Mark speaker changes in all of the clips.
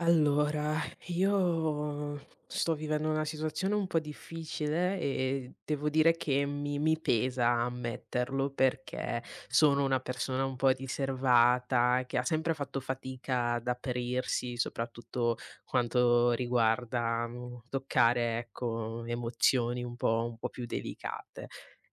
Speaker 1: Allora, io sto vivendo una situazione un po' difficile e devo dire che mi pesa ammetterlo perché sono una persona un po' riservata, che ha sempre fatto fatica ad aprirsi, soprattutto quanto riguarda toccare, ecco, emozioni un po' più delicate.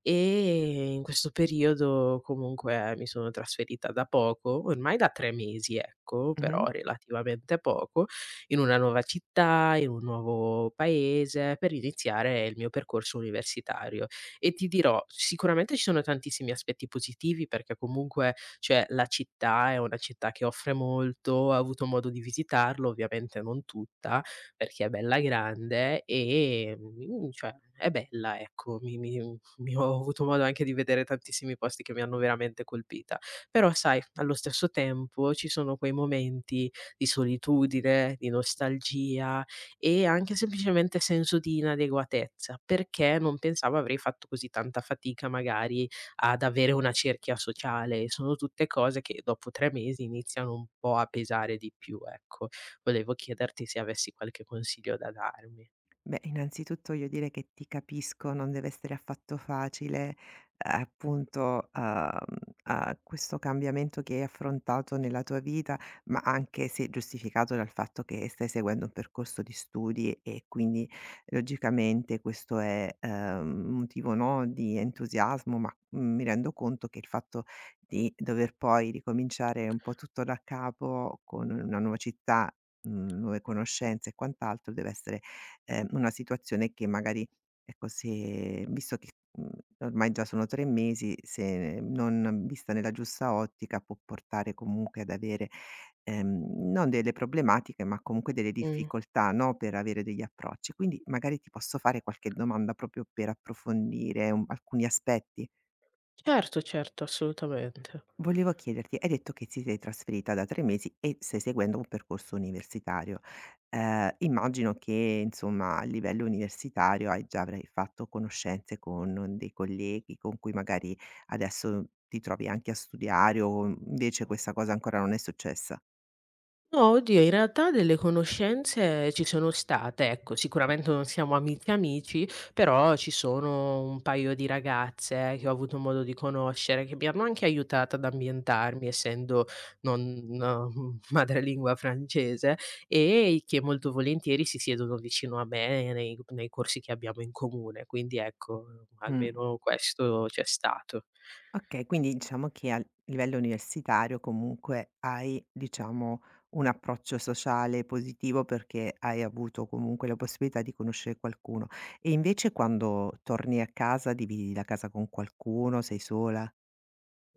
Speaker 1: E in questo periodo comunque mi sono trasferita da poco, ormai da 3 mesi, ecco, però
Speaker 2: Mh-mh.
Speaker 1: okay, relativamente poco, in una nuova città, in un nuovo paese, per iniziare il mio percorso universitario. E ti dirò, sicuramente ci sono tantissimi aspetti positivi perché comunque, cioè, la città è una città che offre molto, ho avuto modo di visitarlo, ovviamente non tutta, perché è bella grande e, cioè è bella, ecco, mi ho avuto modo anche di vedere tantissimi posti che mi hanno veramente colpita. Però sai, allo stesso tempo ci sono quei momenti di solitudine, di nostalgia e anche semplicemente senso di inadeguatezza, perché non pensavo avrei fatto così tanta fatica magari ad avere una cerchia sociale. Sono tutte cose che dopo 3 mesi iniziano un po' a pesare di più, ecco. Volevo chiederti se avessi qualche consiglio da darmi.
Speaker 2: Beh, innanzitutto voglio dire che ti capisco, non deve essere affatto facile, appunto, questo cambiamento che hai affrontato nella tua vita, ma anche se giustificato dal fatto che stai seguendo un percorso di studi e quindi logicamente questo è, motivo, no, di entusiasmo, ma, mi rendo conto che il fatto di dover poi ricominciare un po' tutto da capo con una nuova città, nuove conoscenze e quant'altro deve essere una situazione che magari, ecco, se visto che, mhmm, ormai già sono 3 mesi, se non vista nella giusta ottica può portare comunque ad avere, non delle problematiche, ma comunque delle
Speaker 1: Mh.
Speaker 2: difficoltà, no, per avere degli approcci. Quindi magari ti posso fare qualche domanda proprio per approfondire un alcuni aspetti?
Speaker 1: Certo, certo, assolutamente.
Speaker 2: Volevo chiederti, hai detto che ti sei trasferita da 3 mesi e stai seguendo un percorso universitario. Immagino che insomma a livello universitario hai già avrai fatto conoscenze con dei colleghi con cui magari adesso ti trovi anche a studiare o invece questa cosa ancora non è successa?
Speaker 1: No, oddio, in realtà delle conoscenze ci sono state, ecco, sicuramente non siamo amici amici, però ci sono un paio di ragazze, che ho avuto modo di conoscere, che mi hanno anche aiutato ad ambientarmi, essendo non madrelingua francese, e che molto volentieri si siedono vicino a me nei corsi che abbiamo in comune. Quindi ecco,
Speaker 2: Mh.
Speaker 1: almeno questo c'è stato.
Speaker 2: Okay, quindi diciamo che al livello universitario comunque hai, diciamo, un approccio sociale positivo perché hai avuto comunque la possibilità di conoscere qualcuno. E invece quando torni a casa, dividi la casa con qualcuno, sei sola?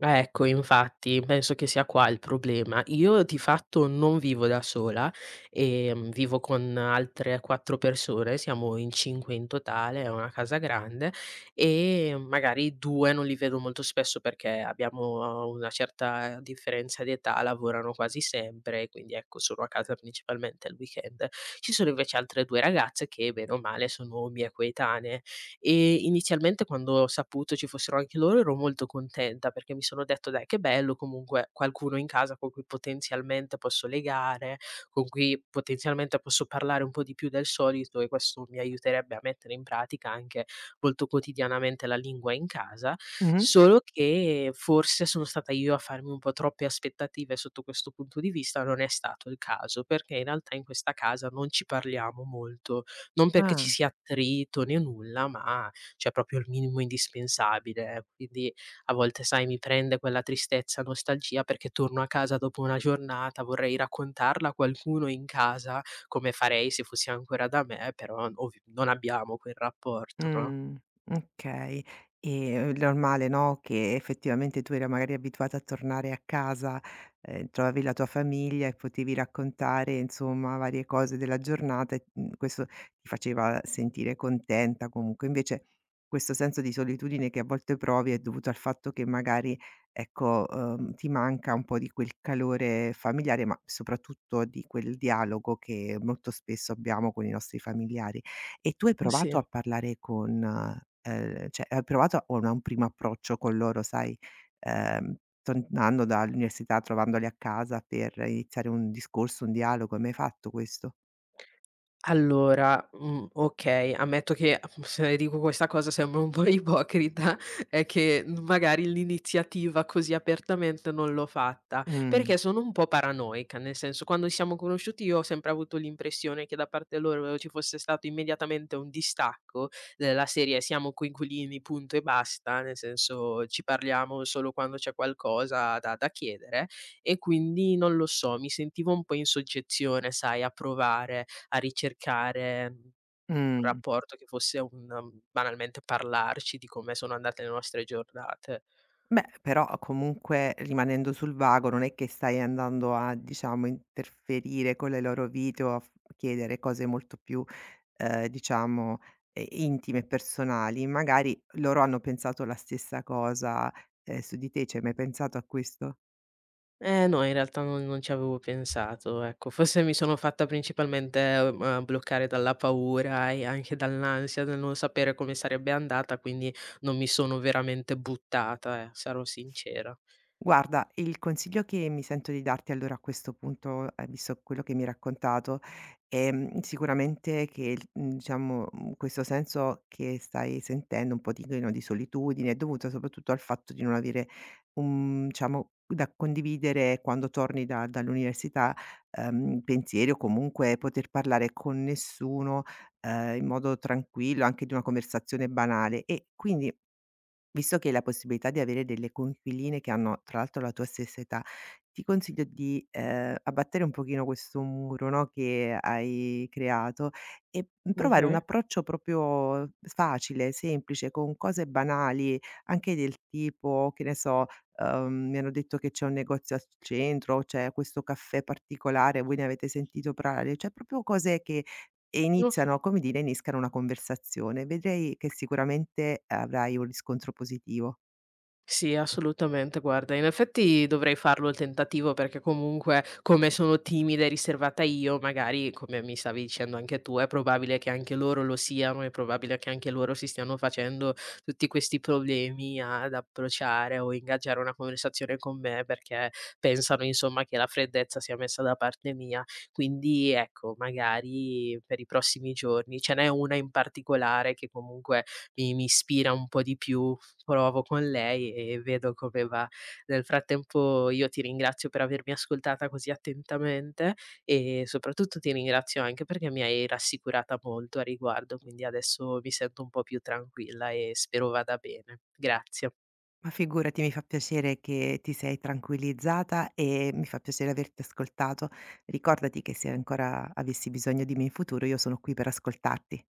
Speaker 1: Ecco, infatti, penso che sia qua il problema. Io di fatto non vivo da sola, vivo con altre 4 persone, siamo in 5 in totale, è una casa grande e magari 2 non li vedo molto spesso perché abbiamo una certa differenza di età, lavorano quasi sempre, quindi ecco, sono a casa principalmente al weekend. Ci sono invece altre 2 ragazze che bene o male sono mie coetanee e inizialmente quando ho saputo ci fossero anche loro ero molto contenta, perché mi sono detto: "Dai, che bello comunque qualcuno in casa con cui potenzialmente posso legare, con cui potenzialmente posso parlare un po' di più del solito", e questo mi aiuterebbe a mettere in pratica anche molto quotidianamente la lingua in casa.
Speaker 2: Mh-mh.
Speaker 1: Solo che forse sono stata io a farmi un po' troppe aspettative sotto questo punto di vista, non è stato il caso, perché in realtà in questa casa non ci parliamo molto. Non perché ci
Speaker 2: Ah.
Speaker 1: sia attrito né nulla, ma c'è proprio il minimo indispensabile, eh. Quindi a volte, sai, mi prende quella tristezza, nostalgia perché torno a casa dopo una giornata, vorrei raccontarla a qualcuno in casa, come farei se fossi ancora da me, però ov non abbiamo quel rapporto, no?
Speaker 2: Mh, okay. E è normale, no, che effettivamente tu eri magari abituata a tornare a casa, trovavi la tua famiglia e potevi raccontare, insomma, varie cose della giornata e, questo ti faceva sentire contenta comunque. Invece questo senso di solitudine che a volte provi è dovuto al fatto che magari, ecco, ti manca un po' di quel calore familiare, ma soprattutto di quel dialogo che molto spesso abbiamo con i nostri familiari. E tu hai
Speaker 1: Sì.
Speaker 2: provato a parlare con cioè hai provato o una un primo approccio con loro, sai, ehm, tornando dall'università, trovandoli a casa per iniziare un discorso, un dialogo, hai mai fatto questo?
Speaker 1: Allora, okay, ammetto che se dico questa cosa sembro un po' ipocrita, è che, magari l'iniziativa così apertamente non l'ho fatta,
Speaker 2: Mh,
Speaker 1: perché sono un po' paranoica, nel senso quando ci siamo conosciuti io ho sempre avuto l'impressione che da parte loro ci fosse stato immediatamente un distacco, della serie: "Siamo coinquilini, punto e basta", nel senso ci parliamo solo quando c'è qualcosa da chiedere e quindi non lo so, mi sentivo un po' in soggezione, sai, a provare a ricercare un
Speaker 2: mh.
Speaker 1: rapporto che fosse banalmente parlarci di come sono andate le nostre giornate.
Speaker 2: Beh, però comunque rimanendo sul vago, non è che stai andando a, diciamo, interferire con le loro vite o a f chiedere cose molto più, diciamo, intime e personali. Magari loro hanno pensato la stessa cosa, su di te, ci hai mai pensato a questo?
Speaker 1: Eh no, in realtà non ci avevo pensato, ecco. Forse mi sono fatta principalmente, bloccare dalla paura e anche dall'ansia del non sapere come sarebbe andata, quindi non mi sono veramente buttata, sarò sincera.
Speaker 2: Guarda, il consiglio che mi sento di darti allora a questo punto, visto quello che mi hai raccontato, sicuramente che il diciamo, questo senso che stai sentendo un pochino di no, di solitudine è dovuto soprattutto al fatto di non avere un diciamo, da condividere quando torni da dall'università, pensieri o comunque poter parlare con nessuno, in modo tranquillo, anche di una conversazione banale e quindi visto che hai la possibilità di avere delle coinquiline che hanno tra l'altro la tua stessa età, ti consiglio di, abbattere un pochino questo muro, no, che hai creato e, provare un
Speaker 1: Okay,
Speaker 2: approccio proprio facile, semplice, con cose banali, anche del tipo, che ne so, mi hanno detto che c'è un negozio al centro, c'è questo caffè particolare, voi ne avete sentito prare cioè proprio cose che e
Speaker 1: oka
Speaker 2: iniziano come dire, innescano una conversazione. Vedrai che sicuramente avrai un riscontro positivo.
Speaker 1: sì, assolutamente. Guarda, in effetti dovrei farlo il tentativo perché comunque come sono timida e riservata io, magari come mi stavi dicendo anche tu, è probabile che anche loro lo siano, è probabile che anche loro si stiano facendo tutti questi problemi ad approcciare o ingaggiare una conversazione con me perché pensano insomma che la freddezza sia messa da parte mia. Quindi ecco, magari per i prossimi giorni ce n'è una in particolare che comunque mi ispira un po' di più, provo con lei e vedo come va. Nel frattempo io ti ringrazio per avermi ascoltata così attentamente e soprattutto ti ringrazio anche perché mi hai rassicurata molto a riguardo, quindi adesso mi sento un po' più tranquilla e spero vada bene. Grazie.
Speaker 2: Ma figurati, mi fa piacere che ti sei tranquillizzata e mi fa piacere averti ascoltato. Ricordati che se ancora avessi bisogno di me in futuro, io sono qui per ascoltarti.